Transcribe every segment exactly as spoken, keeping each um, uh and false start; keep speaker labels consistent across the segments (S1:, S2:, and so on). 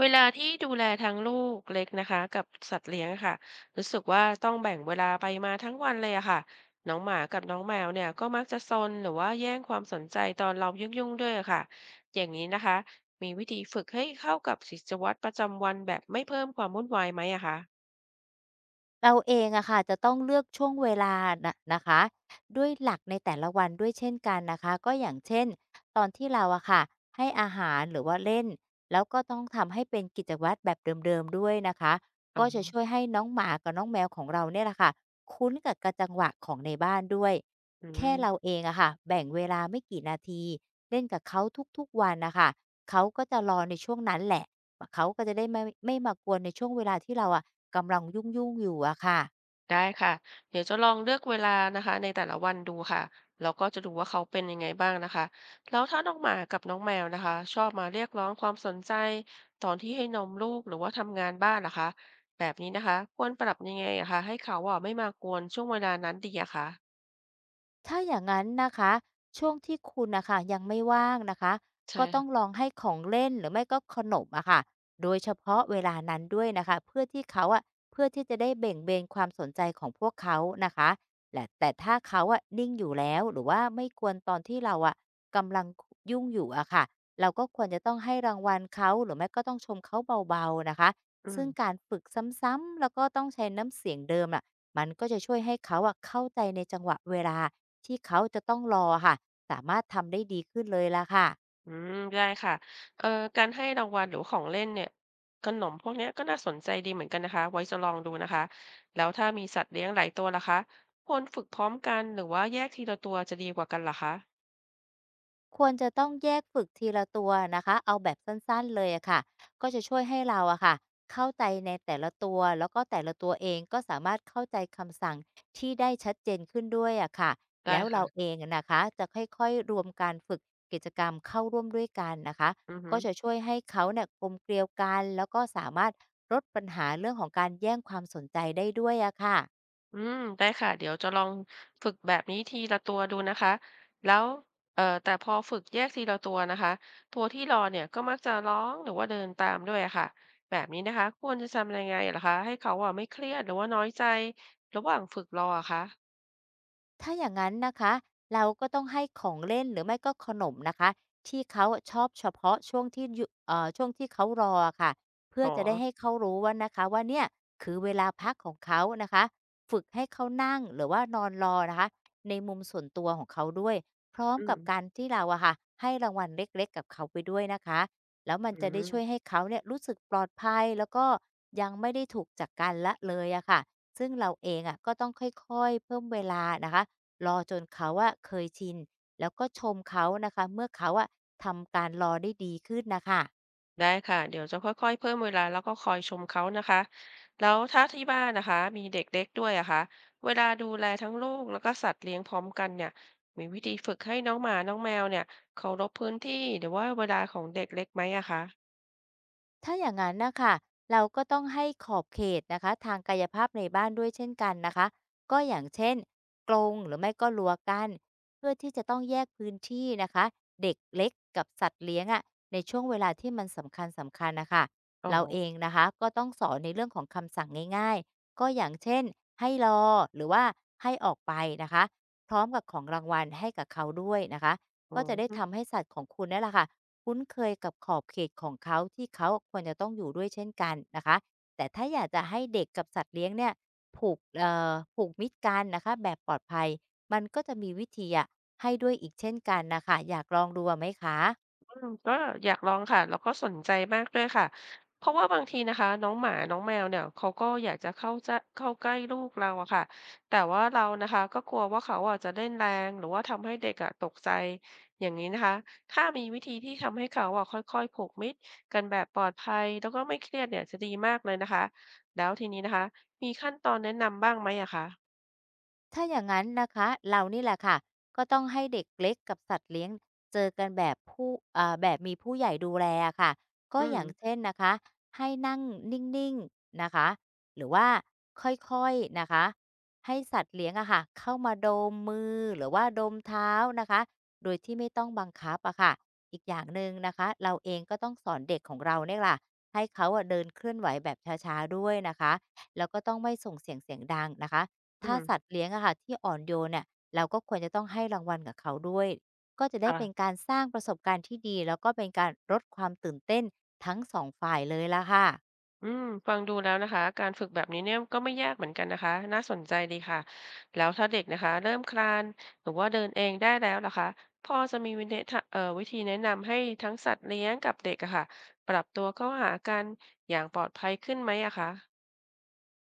S1: เวลาที่ดูแลทั้งลูกเล็กนะคะกับสัตว์เลี้ยงค่ะรู้สึกว่าต้องแบ่งเวลาไปมาทั้งวันเลยอะค่ะน้องหมากับน้องแมวเนี่ยก็มักจะซนหรือว่าแย่งความสนใจตอนเรายุ่งๆด้วยอะค่ะอย่างนี้นะคะมีวิธีฝึกให้เข้ากับกิจวัตรประจำวันแบบไม่เพิ่มความวุ่นวายไหมอะคะ
S2: เราเองอะค่ะจะต้องเลือกช่วงเวลานะนะคะด้วยหลักในแต่ละวันด้วยเช่นกันนะคะก็อย่างเช่นตอนที่เราอะค่ะให้อาหารหรือว่าเล่นแล้วก็ต้องทำให้เป็นกิจวัตรแบบเดิมๆด้วยนะคะ
S1: อ๋อ
S2: ก็จะช่วยให้น้องหมากับน้องแมวของเราเนี่ยแหละค่ะคุ้นกับกระจังหวะของในบ้านด้วย
S1: อื
S2: แค่เรา
S1: ม
S2: เองอะค่ะแบ่งเวลาไม่กี่นาทีเล่นกับเขาทุกๆวันนะคะเขาก็จะรอในช่วงนั้นแหละ เขาก็จะได้ไม่ไม่มากวนในช่วงเวลาที่เราอะกำลังยุ่งๆอยู่อะค่ะ
S1: ได้ค่ะเดี๋ยวจะลองเลือกเวลานะคะในแต่ละวันดูค่ะแล้วก็จะดูว่าเขาเป็นยังไงบ้างนะคะแล้วถ้าน้องหมากับน้องแมวนะคะชอบมาเรียกร้องความสนใจตอนที่ให้นมลูกหรือว่าทำงานบ้านนะคะแบบนี้นะคะควรปรับยังไงอะคะให้เขาอ่ะไม่มากวนช่วงเวลานั้นดีอะคะ
S2: ถ้าอย่างนั้นนะคะช่วงที่คุณนะคะยังไม่ว่างนะคะ
S1: ใช่
S2: ก็ต้องล
S1: ค่ะ
S2: องให้ของเล่นหรือไม่ก็ขนมอะค่ะโดยเฉพาะเวลานั้นด้วยนะคะเพื่อที่เขาอะเพื่อที่จะได้เบ่งเบนความสนใจของพวกเขานะคะแหละแต่ถ้าเขาอะนิ่งอยู่แล้วหรือว่าไม่ควรตอนที่เราอะกำลังยุ่งอยู่อะค่ะเราก็ควรจะต้องให้รางวัลเขาหรือไม่ก็ต้องชมเขาเบาๆนะคะ
S1: อืม
S2: ซึ่งการฝึกซ้ำๆแล้วก็ต้องใช้น้ำเสียงเดิมอะมันก็จะช่วยให้เขาอะเข้าใจในจังหวะเวลา ที่เขาจะต้องรอค่ะ สามารถทำได้ดีขึ้นเลยล่ะค่ะ
S1: อืมได้ค่ะเอ่อการให้รางวัลหรือของเล่นเนี่ยขนมพวกเนี้ยก็น่าสนใจดีเหมือนกันนะคะไว้จะลองดูนะคะแล้วถ้ามีสัตว์เลี้ยงหลายตัวล่ะคะควรฝึกพร้อมกันหรือว่าแยกทีละตัวจะดีกว่ากันล่ะคะ
S2: ควรจะต้องแยกฝึกทีละตัวนะคะเอาแบบสั้นๆเลยอะค่ะก็จะช่วยให้เราอะค่ะเข้าใจในแต่ละตัว แล้วก็แต่ละตัวเองก็สามารถเข้าใจคำสั่งที่ได้ชัดเจนขึ้นด้วยอะค่ะ
S1: ได้
S2: แล้ว
S1: ค่ะ
S2: เราเองอะนะคะจะค่อยๆรวมการฝึกกิจกรรมเข้าร่วมด้วยกันนะคะ
S1: อือฮึ
S2: ก็จะช่วยให้เขาเนี่ยกลมเกลียวกันแล้วก็สามารถลดปัญหาเรื่องของการแย่งความสนใจได้ด้วยอะค่ะ
S1: อืมได้ค่ะเดี๋ยวจะลองฝึกแบบนี้ทีละตัวดูนะคะแล้วเอ่อแต่พอฝึกแยกทีละตัวนะคะตัวที่รอเนี่ยก็มักจะร้องหรือว่าเดินตามด้วยอะค่ะแบบนี้นะคะควรจะทำยังไงเหรอคะให้เขาอ่ะไม่เครียดหรือว่าน้อยใจระหว่างฝึกรออะคะ
S2: ถ้าอย่างนั้นนะคะเราก็ต้องให้ของเล่นหรือไม่ก็ขนมนะคะที่เขาชอบเฉพาะช่วงที่อย่เอ่อช่วงที่เขารออะค่ะเพื่อ
S1: อ๋อ
S2: จะได้ให้เขารู้ว่านะคะว่าเนี่ยคือเวลาพักของเขานะคะฝึกให้เขานั่งหรือว่านอนรอนะคะในมุมส่วนตัวของเขาด้วยพร้อม
S1: อื
S2: กั
S1: ม
S2: บการที่เราอะค่ะให้รางวัลเล็กๆกับเขาไปด้วยนะคะแล้วมัน
S1: อื
S2: จะได้ช่วย
S1: ม
S2: ให้เขาเนี่ยรู้สึกปลอดภัยแล้วก็ยังไม่ได้ถูกจากการละเลยอะค่ะซึ่งเราเองอะก็ต้องค่อยๆเพิ่มเวลานะคะ รอจนเขาอะเคยชินแล้วก็ชมเขานะคะเมื่อเขาอะทำการรอได้ดีขึ้นนะคะ
S1: ได้ค่ะเดี๋ยวจะค่อยๆเพิ่มเวลาแล้วก็คอยชมเขานะคะแล้วถ้าที่บ้านนะคะมีเด็กเล็กด้วยอะคะเวลาดูแลทั้งลูกแล้วก็สัตว์เลี้ยงพร้อมกันเนี่ยมีวิธีฝึกให้น้องหมาน้องแมวเนี่ยเคารพพื้นที่หรือว่าเวลาของเด็กเล็กไหมอะคะ
S2: ถ้าอย่างนั้นนะคะเราก็ต้องให้ขอบเขตนะคะทางกายภาพในบ้านด้วยเช่นกันนะคะก็อย่างเช่นกรงหรือไม่ก็รั้วกั้นเพื่อที่จะต้องแยกพื้นที่นะคะเด็กเล็กกับสัตว์เลี้ยงอะะในช่วงเวลาที่มันสำคัญสำคัญนะคะ
S1: อ๋อ
S2: เราเองนะคะก็ต้องสอนในเรื่องของคำสั่งง่ายๆก็อย่างเช่นให้รอหรือว่าให้ออกไปนะคะพร้อมกับของรางวัลให้กับเขาด้วยนะคะ
S1: อ๋
S2: ก็จะได้
S1: อ
S2: ทำให้สัตว์ของคุณนั่นแหละค่ะ คุ้นเคยกับขอบเขตของเขาที่เขาควรจะต้องอยู่ด้วยเช่นกันนะคะแต่ถ้าอยากจะให้เด็กกับสัตว์เลี้ยงเนี่ยผูกเอ่อผูกมิตรกันนะคะแบบปลอดภัยมันก็จะมีวิธีอะให้ด้วยอีกเช่นกันนะคะอยากลองดูอะไหมคะ
S1: อืมก็อยากลองค่ะแล้วก็สนใจมากด้วยค่ะเพราะว่าบางทีนะคะน้องหมาน้องแมวเนี่ยเขาก็อยากจะเข้าจะเข้าใกล้ลูกเราอะค่ะแต่ว่าเรานะคะก็กลัวว่าเขาอะจะเล่นแรงหรือว่าทำให้เด็กอะตกใจอย่างนี้นะคะถ้ามีวิธีที่ทำให้เขาอะค่อยๆผูกมิตรกันแบบปลอดภัยแล้วก็ไม่เครียดเนี่ยจะดีมากเลยนะคะแล้วทีนี้นะคะมีขั้นตอนแนะนำบ้างไหมอะคะ
S2: ถ้าอย่างนั้นนะคะเรานี่แหละค่ะก็ต้องให้เด็กเล็กกับสัตว์เลี้ยงเจอกันแบบผู้เอ่อแบบมีผู้ใหญ่ดูแลอะค่ะก็
S1: อื
S2: อ
S1: ม
S2: ย่างเช่นนะคะให้นั่งนิ่งๆนะคะหรือว่าค่อยๆนะคะให้สัตว์เลี้ยงอะค่ะเข้ามาดมมือหรือว่าดมเท้านะคะโดยที่ไม่ต้องบังคับอะค่ะอีกอย่างหนึ่งนะคะเราเองก็ต้องสอนเด็กของเราเนี่ยล่ะให้เขาอะเดินเคลื่อนไหวแบบช้าๆด้วยนะคะแล้วก็ต้องไม่ส่งเสียงเสียงดังนะคะ
S1: อื
S2: ถ้า
S1: ม
S2: สัตว์เลี้ยงอะค่ะที่อ่อนโยนเนี่ยเราก็ควรจะต้องให้รางวัลกับเขาด้วยก็จะได้เป็น
S1: ค่ะ
S2: การสร้างประสบการณ์ที่ดีแล้วก็เป็นการลดความตื่นเต้นทั้งสองฝ่ายเลยละค่ะ
S1: อืมฟังดูแล้วนะคะการฝึกแบบนี้เนี่ยก็ไม่ยากเหมือนกันนะคะน่าสนใจดีค่ะแล้วถ้าเด็กนะคะเริ่มคลานหรือว่าเดินเองได้แล้วล่ะคะพ่อจะมีวิธีเอ่อวิธีแนะนำให้ทั้งสัตว์เลี้ยงกับเด็กอะค่ะปรับตัวเข้าหากันอย่างปลอดภัยขึ้นไหมอะคะ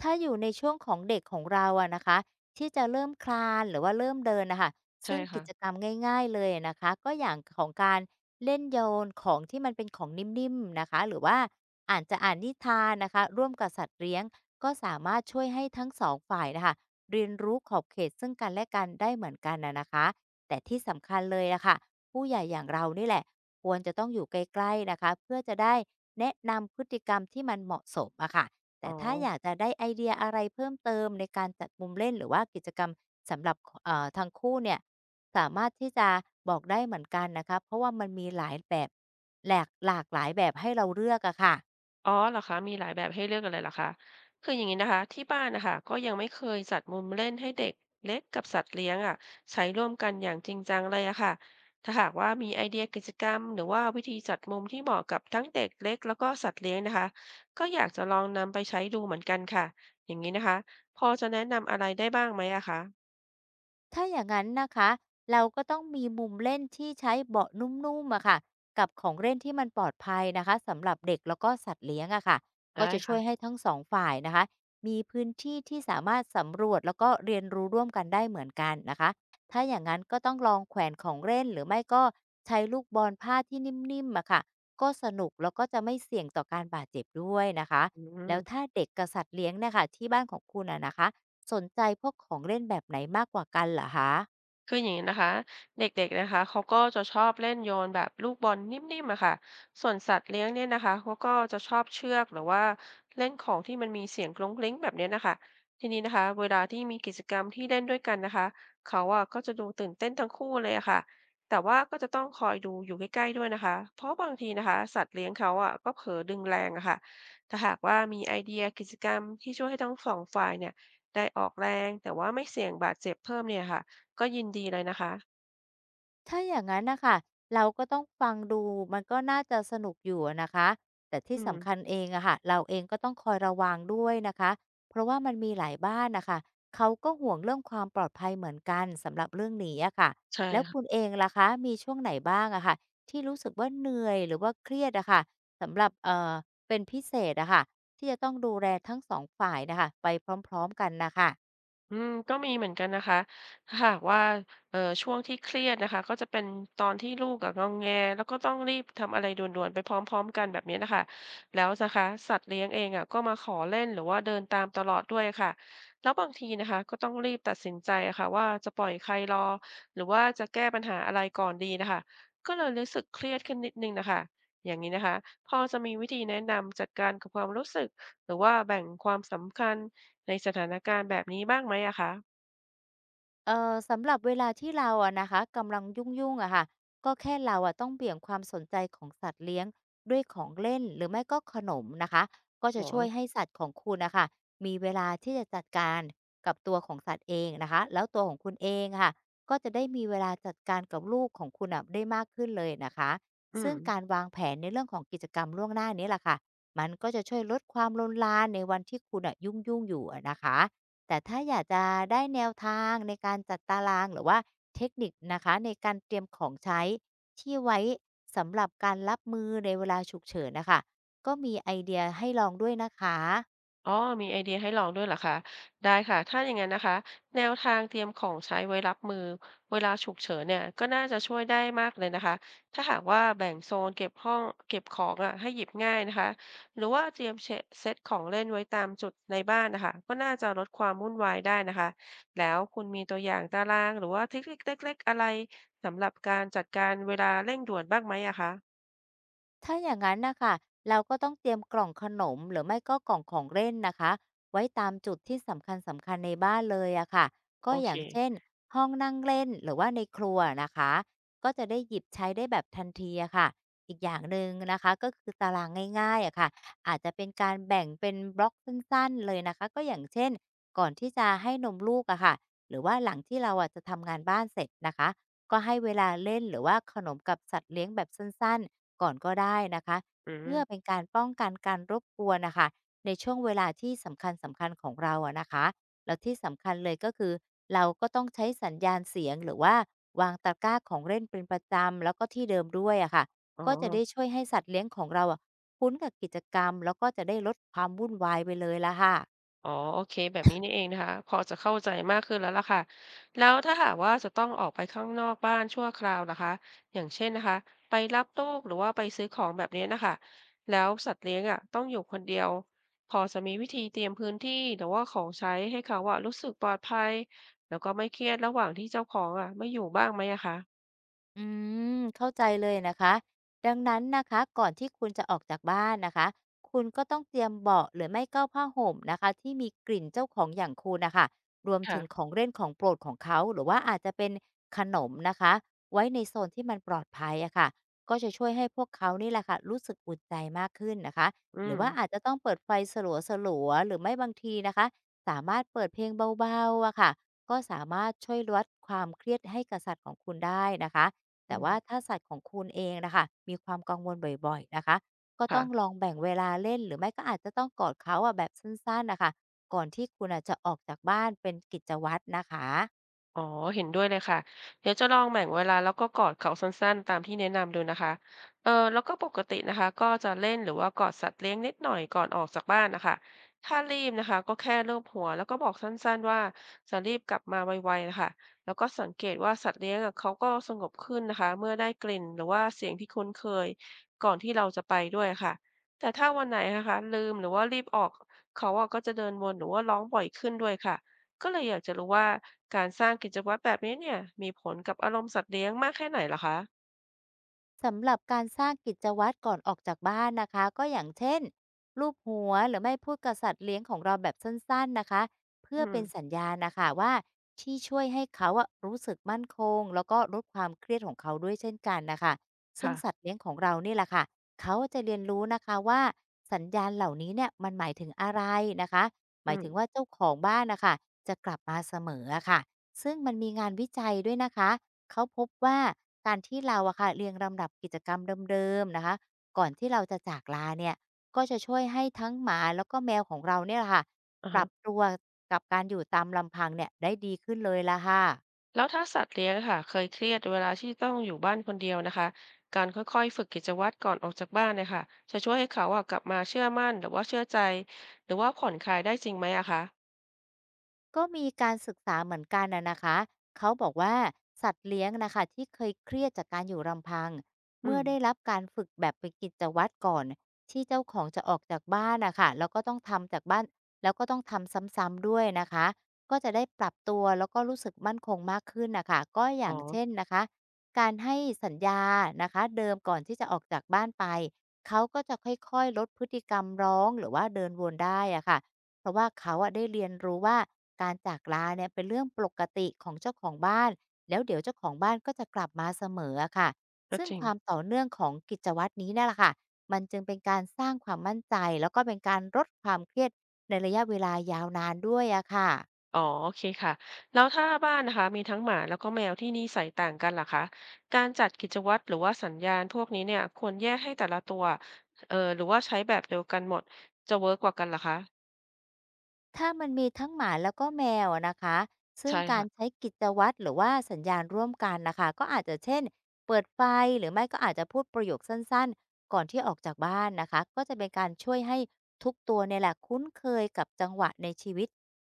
S2: ถ้าอยู่ในช่วงของเด็กของเราอะนะคะที่จะเริ่มคลานหรือว่าเริ่มเดินน่ะค่ะ
S1: ใช่
S2: ซึ่งกิ
S1: ค่ะ
S2: จกรรมง่ายๆเลยอะนะคะก็อย่างของการเล่นโยนของที่มันเป็นของนิ่มๆนะคะหรือว่าอาจจะอ่านนิทานนะคะร่วมกับสัตว์เลี้ยงก็สามารถช่วยให้ทั้งสองฝ่ายน่ะค่ะเรียนรู้ขอบเขตซึ่งกันและกันได้เหมือนกันน่ะนะคะแต่ที่สำคัญเลยอะค่ะผู้ใหญ่อย่างเรานี่แหละควรจะต้องอยู่ใกล้ๆนะคะเพื่อจะได้แนะนำพฤติกรรมที่มันเหมาะสมอะค่ะ
S1: อ๋อ
S2: แต่ถ้าอยากจะได้ไอเดียอะไรเพิ่มเติมในการจัดมุมเล่นหรือว่ากิจกรรมสำหรับเอ่อทางคู่เนี่ยสามารถที่จะบอกได้เหมือนกันนะคะเพราะว่ามันมีหลายแบบหลากหลากหลายแบบให้เราเลือกอะค่ะ
S1: อ๋อเหรอคะมีหลายแบบให้เลือกกันเลยเหรอคะคืออย่างนี้นะคะที่บ้านนะคะก็ยังไม่เคยจัดมุมเล่นให้เด็กเล็กกับสัตว์เลี้ยงอะใช้ร่วมกันอย่างจริงจังเลยอะค่ะถ้าหากว่ามีไอเดียกิจกรรมหรือว่าวิธีจัดมุมที่เหมาะกับทั้งเด็กเล็กแล้วก็สัตว์เลี้ยงนะคะก็อยากจะลองนำไปใช้ดูเหมือนกันค่ะอย่างนี้นะคะพอจะแนะนำอะไรได้บ้างไหมอะคะ
S2: ถ้าอย่างนั้นนะคะเราก็ต้องมีมุมเล่นที่ใช้เบาะนุ่มๆอะค่ะกับของเล่นที่มันปลอดภัยนะคะสำหรับเด็กแล้วก็สัตว์เลี้ยงอะค่ะก็
S1: ได้
S2: จะช่
S1: ค่ะ
S2: วยให้ทั้งสองฝ่ายนะคะมีพื้นที่ที่สามารถสำรวจแล้วก็เรียนรู้ร่วมกันได้เหมือนกันนะคะถ้าอย่างนั้นก็ต้องลองแขวนของเล่นหรือไม่ก็ใช้ลูกบอลผ้าที่นิ่มๆอะค่ะก็สนุกแล้วก็จะไม่เสี่ยงต่อการบาดเจ็บด้วยนะคะ
S1: อื
S2: แล้วถ้า
S1: ม
S2: เด็กกับสัตว์เลี้ยงเนะคะที่บ้านของคุณอะนะคะ สนใจพวกของเล่นแบบไหนมากกว่ากันเหรอคะ
S1: คืออย่างนี้นะคะเด็กๆนะคะเขาก็จะชอบเล่นโยนแบบลูกบอลนิ่มๆอะค่ะส่วนสัตว์เลี้ยงเนี่ยนะคะเขาก็จะชอบเชือกหรือว่าเล่นของที่มันมีเสียงกรุ้งกริ้งแบบเนี้ยนะคะทีนี้นะคะเวลาที่มีกิจกรรมที่เล่นด้วยกันนะคะเขาอะก็จะดูตื่นเต้นทั้งคู่เลยอะค่ะแต่ว่าก็จะต้องคอยดูอยู่ใกล้ๆด้วยนะคะเพราะบางทีนะคะสัตว์เลี้ยงเขาอะก็เผลอดึงแรงอะค่ะถ้าหากว่ามีไอเดียกิจกรรมที่ช่วยให้ทั้งสองฝ่ายเนี่ยได้ออกแรงแต่ว่าไม่เสี่ยงบาดเจ็บเพิ่มเนี่ยค่ะ ก็ยินดีเลยนะคะ
S2: ถ้าอย่างงั้นนะคะเราก็ต้องฟังดูมันก็น่าจะสนุกอยู่อะนะคะแต่ที่
S1: อืม
S2: สำคัญเองอะค่ะเราเองก็ต้องคอยระวังด้วยนะคะเพราะว่ามันมีหลายบ้านนะคะเขาก็ห่วงเรื่องความปลอดภัยเหมือนกันสำหรับเรื่องนี้อะค่ะ
S1: ใช่
S2: แล้วคุณเองล่ะคะมีช่วงไหนบ้างอะค่ะที่รู้สึกว่าเหนื่อยหรือว่าเครียดอะค่ะสำหรับเอ่อเป็นพิเศษอะค่ะที่จะต้องดูแลทั้งสองฝ่ายนะคะไปพร้อมๆกันนะคะ
S1: อืมก็มีเหมือนกันนะคะถ้าหากว่าเอ่อช่วงที่เครียดนะคะก็จะเป็นตอนที่ลูกอะงองแงแล้วก็ต้องรีบทำอะไรด่วนๆไปพร้อมๆกันแบบนี้นะคะแล้วนะคะสัตว์เลี้ยงเองอะก็มาขอเล่นหรือว่าเดินตามตลอดด้วยค่ะแล้วบางทีนะคะก็ต้องรีบตัดสินใจอะค่ะว่าจะปล่อยใครรอหรือว่าจะแก้ปัญหาอะไรก่อนดีนะคะก็เลยรู้สึกเครียดขึ้นนิดนึงนะคะอย่างนี้นะคะพอจะมีวิธีแนะนำจัดการกับความรู้สึกหรือว่าแบ่งความสำคัญ ในสถานการณ์แบบนี้บ้างไหมอะคะ
S2: เอ่อสำหรับเวลาที่เราอะนะคะกำลังยุ่งๆอะค่ะก็แค่เราอะต้องเบี่ยงความสนใจของสัตว์เลี้ยงด้วยของเล่นหรือไม่ก็ขนมนะคะก็
S1: อ๋
S2: จะ
S1: อ
S2: ช่วยให้สัตว์ของคุณนะคะมีเวลาที่จะจัดการกับตัวของสัตว์เองนะคะแล้วตัวของคุณเองอะค่ะก็จะได้มีเวลาจัดการกับลูกของคุณอ่ะได้มากขึ้นเลยนะคะ
S1: อืม
S2: ซึ่งการวางแผนในเรื่องของกิจกรรมล่วงหน้านี้แหละค่ะมันก็จะช่วยลดความลนลานในวันที่คุณน่ะยุ่งๆอยู่อะนะคะ แต่ถ้าอยากจะได้แนวทางในการจัดตารางหรือว่าเทคนิคนะคะในการเตรียมของใช้ที่ไว้สำหรับการรับมือในเวลาฉุกเฉินนะคะก็มีไอเดียให้ลองด้วยนะคะ
S1: อ๋อมีไอเดียให้ลองด้วยเหรอคะได้ค่ะถ้าอย่างงั้นนะคะแนวทางเตรียมของใช้ไว้รับมือเวลาฉุกเฉินเนี่ยก็น่าจะช่วยได้มากเลยนะคะถ้าหากว่าแบ่งโซนเก็บห้องเก็บของอะให้หยิบง่ายนะคะ หรือว่าเตรียมเชะเซตของเล่นไว้ตามจุดในบ้านน่ะค่ะก็น่าจะลดความวุ่นวายได้นะคะแล้วคุณมีตัวอย่างตารางหรือว่าเทคนิคเล็กๆอะไรสำหรับการจัดการเวลาเร่งด่วนบ้างไหมอะคะ
S2: ถ้าอย่างนั้นนะคะเราก็ต้องเตรียมกล่องขนมหรือไม่ก็กล่องของเล่นนะคะไว้ตามจุดที่สำคัญสำคัญในบ้านเลยอะค่ะก็
S1: โอ
S2: อ
S1: เค
S2: ย่างเช่นห้องนั่งเล่นหรือว่าในครัวนะคะก็จะได้หยิบใช้ได้แบบทันทีอะค่ะอีกอย่างหนึ่งนะคะก็คือตารางง่ายๆอะค่ะอาจจะเป็นการแบ่งเป็นบล็อกสั้นๆเลยนะคะก็อย่างเช่นก่อนที่จะให้นมลูกอะค่ะหรือว่าหลังที่เราอะจะทำงานบ้านเสร็จนะคะ ก็ให้เวลาเล่นหรือว่าขนมกับสัตว์เลี้ยงแบบสั้นๆก่อนก็ได้นะคะ
S1: อื
S2: เพื่อเป็
S1: ม
S2: นการป้องกันการรบกวนนะคะในช่วงเวลาที่สำคัญสำคัญของเราอะนะคะแล้วที่สำคัญเลยก็คือเราก็ต้องใช้สัญญาณเสียงหรือว่าวางตะกร้าของเล่นเป็นประจำแล้วก็ที่เดิมด้วยอะค่ะ
S1: อ๋อ
S2: ก็จะได้ช่วยให้สัตว์เลี้ยงของเราอะคุ้นกับกิจกรรมแล้วก็จะได้ลดความวุ่นวายไปเลยละค่ะ
S1: อ๋อโอเคแบบนี้นี่เองนะคะ พอจะเข้าใจมากขึ้นแล้วล่ะค่ะแล้วถ้าหากว่าจะต้องออกไปข้างนอกบ้านชั่วคราวนะคะอย่างเช่นนะคะไปรับลูกหรือว่าไปซื้อของแบบนี้นะคะแล้วสัตว์เลี้ยงอ่ะต้องอยู่คนเดียวพอจะมีวิธีเตรียมพื้นที่หรือว่าของใช้ให้เขาอ่ะรู้สึกปลอดภัย แล้วก็ไม่เครียดระหว่างที่เจ้าของอ่ะไม่อยู่บ้างไหมอะคะ
S2: อืมเข้าใจเลยนะคะดังนั้นนะคะก่อนที่คุณจะออกจากบ้านนะคะคุณก็ต้องเตรียมเบาะหรือไม่ก็ผ้าห่มนะคะที่มีกลิ่นเจ้าของอย่างคุณนะคะรวมถึงข
S1: ค่ะ
S2: องเล่นของโปรดของเขาหรือว่าอาจจะเป็นขนมนะคะไว้ในโซนที่มันปลอดภัยอะค่ะก็จะช่วยให้พวกเขานี่แหละค่ะรู้สึกอุ่นใจมากขึ้นนะคะ
S1: อื
S2: หรือ
S1: ม
S2: ว่าอาจจะต้องเปิดไฟสลัวๆหรือไม่บางทีนะคะสามารถเปิดเพลงเบาๆอะค่ะก็สามารถช่วยลดความเครียดให้กับสัตว์ของคุณได้นะคะ
S1: อื
S2: แต่
S1: ม
S2: ว่าถ้าสัตว์ของคุณเองนะคะมีความกังวลบ่อยๆนะคะก็
S1: ค่ะ
S2: ต้องลองแบ่งเวลาเล่นหรือไม่ก็อาจจะต้องกอดเขาอะแบบสั้นๆนะคะก่อนที่คุณอ่ะจะออกจากบ้านเป็นกิจวัตรนะคะ
S1: อ๋อเห็นด้วยเลยค่ะเดี๋ยวจะลองแบ่งเวลาแล้วก็กอดเขาสั้นๆตามที่แนะนำดูนะคะเออแล้วก็ปกตินะคะก็จะเล่นหรือว่ากอดสัตว์เลี้ยงนิดหน่อยก่อนออกจากบ้านนะคะถ้ารีบนะคะก็แค่ลูบหัวแล้วก็บอกสั้นๆว่าจะรีบกลับมาไวๆนะคะแล้วก็สังเกตว่าสัตว์เลี้ยงอะเขาก็สงบขึ้นนะคะเมื่อได้กลิ่นหรือว่าเสียงที่คุ้นเคยก่อนที่เราจะไปด้วยค่ะแต่ถ้าวันไหนนะคะลืมหรือว่ารีบออกเขาอะก็จะเดินวนหรือว่าร้องบ่อยขึ้นด้วยค่ะ ก็เลยอยากจะรู้ว่าการสร้างกิจวัตรแบบนี้เนี่ยมีผลกับอารมณ์สัตว์เลี้ยงมากแค่ไหนเหรอคะ
S2: สำหรับการสร้างกิจวัตรก่อนออกจากบ้านนะคะก็อย่างเช่นรูปหัวหรือไม่พูดกับสัตว์เลี้ยงของเราแบบสั้นๆนะคะเพื่
S1: อื
S2: อ
S1: ม
S2: เป็นสัญญาณนะคะว่าที่ช่วยให้เขาอะรู้สึกมั่นคงแล้วก็ลดความเครียดของเขาด้วยเช่นกันนะคะซึ่ง
S1: ค่ะ
S2: สัตว์เลี้ยงของเรานี่แหละค่ะเขาจะเรียนรู้นะคะว่าสัญญาณเหล่านี้เนี่ยมันหมายถึงอะไรนะคะหมาย
S1: อืม
S2: ถึงว่าเจ้าของบ้านนะคะจะกลับมาเสมออะค่ะซึ่งมันมีงานวิจัยด้วยนะคะ เขาพบว่าการที่เราอะค่ะเรียงลำดับกิจกรรมเดิมๆนะคะก่อนที่เราจะจากลาเนี่ยก็จะช่วยให้ทั้งหมาแล้วก็แมวของเราเนี่ยแหละค่ะ
S1: อา
S2: ป
S1: ฮะ
S2: รับตัวกับการอยู่ตามลำพังเนี่ยได้ดีขึ้นเลยละค่ะ
S1: แล้วถ้าสัตว์เลี้ยงค่ะเคยเครียดเวลาที่ต้องอยู่บ้านคนเดียวนะคะการค่อยๆฝึกกิจวัตรก่อนออกจากบ้านเนี่ยค่ะจะช่วยให้เขาอะกลับมาเชื่อมั่นหรือว่าเชื่อใจหรือว่าผ่อนคลายได้จริงไหมอะคะ
S2: ก็มีการศึกษาเหมือนกันน่ะนะคะเขาบอกว่าสัตว์เลี้ยงนะคะที่เคยเครียดจากการอยู่ลำพัง
S1: อื
S2: เมื่อ
S1: ม
S2: ได้รับการฝึกแบบเป็นกิจวัตรก่อนที่เจ้าของจะออกจากบ้านนะคะแล้วก็ต้องทำจากบ้านแล้วก็ต้องทำซ้ำๆด้วยนะคะก็จะได้ปรับตัวแล้วก็รู้สึกมั่นคงมากขึ้นนะคะก็อ
S1: อ๋อ
S2: ย่างเช่นนะคะการให้สัญญานะคะเดิมก่อนที่จะออกจากบ้านไปเขาก็จะค่อยๆลดพฤติกรรมร้องหรือว่าเดินวนได้อะค่ะ เพราะว่าเขาอะได้เรียนรู้ว่าการจากลาเนี่ยเป็นเรื่องปกติของเจ้าของบ้านแล้วเดี๋ยวเจ้าของบ้านก็จะกลับมาเสมออะค่ะ
S1: ก็
S2: ซึ่ง
S1: จริง
S2: ความต่อเนื่องของกิจวัตรนี้เนี่ยแหละค่ะมันจึงเป็นการสร้างความมั่นใจแล้วก็เป็นการลดความเครียดในระยะเวลายาวนานด้วยอะค่ะ
S1: อ๋อโอเคค่ะแล้วถ้าบ้านนะคะมีทั้งหมาแล้วก็แมวที่นิสัยต่างกันล่ะคะการจัดกิจวัตรหรือว่าสัญญาณพวกนี้เนี่ยควรแยกให้แต่ละตัวเอ่อหรือว่าใช้แบบเดียวกันหมดจะเวิร์กกว่ากันล่ะคะ
S2: ถ้ามันมีทั้งหมาแล้วก็แมวอะนะคะ ซึ่ง
S1: ใช่
S2: การ
S1: ค่ะ
S2: ใช้กิจวัตรหรือว่าสัญญาณร่วมกันนะคะก็อาจจะเช่นเปิดไฟหรือไม่ก็อาจจะพูดประโยคสั้นๆก่อนที่ออกจากบ้านนะคะก็จะเป็นการช่วยให้ทุกตัวเนี่ยแหละคุ้นเคยกับจังหวะในชีวิต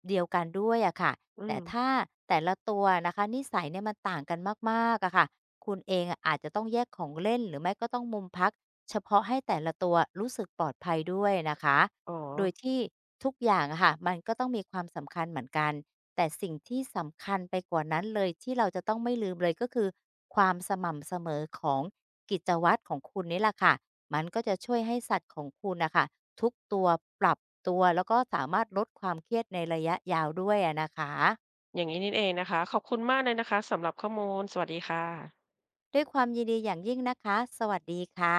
S2: เดียวกันด้วยอะค่ะ
S1: อื
S2: แต่
S1: ม
S2: ถ้าแต่ละตัวนะคะนิสัยเนี่ยมันต่างกันมากๆอะค่ะคุณเองอะอาจจะต้องแยกของเล่นหรือไม่ก็ต้องมุมพักเฉพาะให้แต่ละตัวรู้สึกปลอดภัยด้วยนะคะ
S1: อ๋อ
S2: โดยที่ทุกอย่างอะค่ะมันก็ต้องมีความสำคัญเหมือนกันแต่สิ่งที่สำคัญไปกว่านั้นเลยที่เราจะต้องไม่ลืมเลยก็คือความสม่ำเสมอของกิจวัตรของคุณนี่แหละค่ะมันก็จะช่วยให้สัตว์ของคุณน่ะค่ะทุกตัวปรับตัวแล้วก็สามารถลดความเครียดในระยะยาวด้วยอะนะคะ
S1: อย่างนี้นี่เองนะคะขอบคุณมากเลยนะคะสำหรับข้อมูลสวัสดีค่ะ
S2: ด้วยความยินดีอย่างยิ่งนะคะสวัสดีค่ะ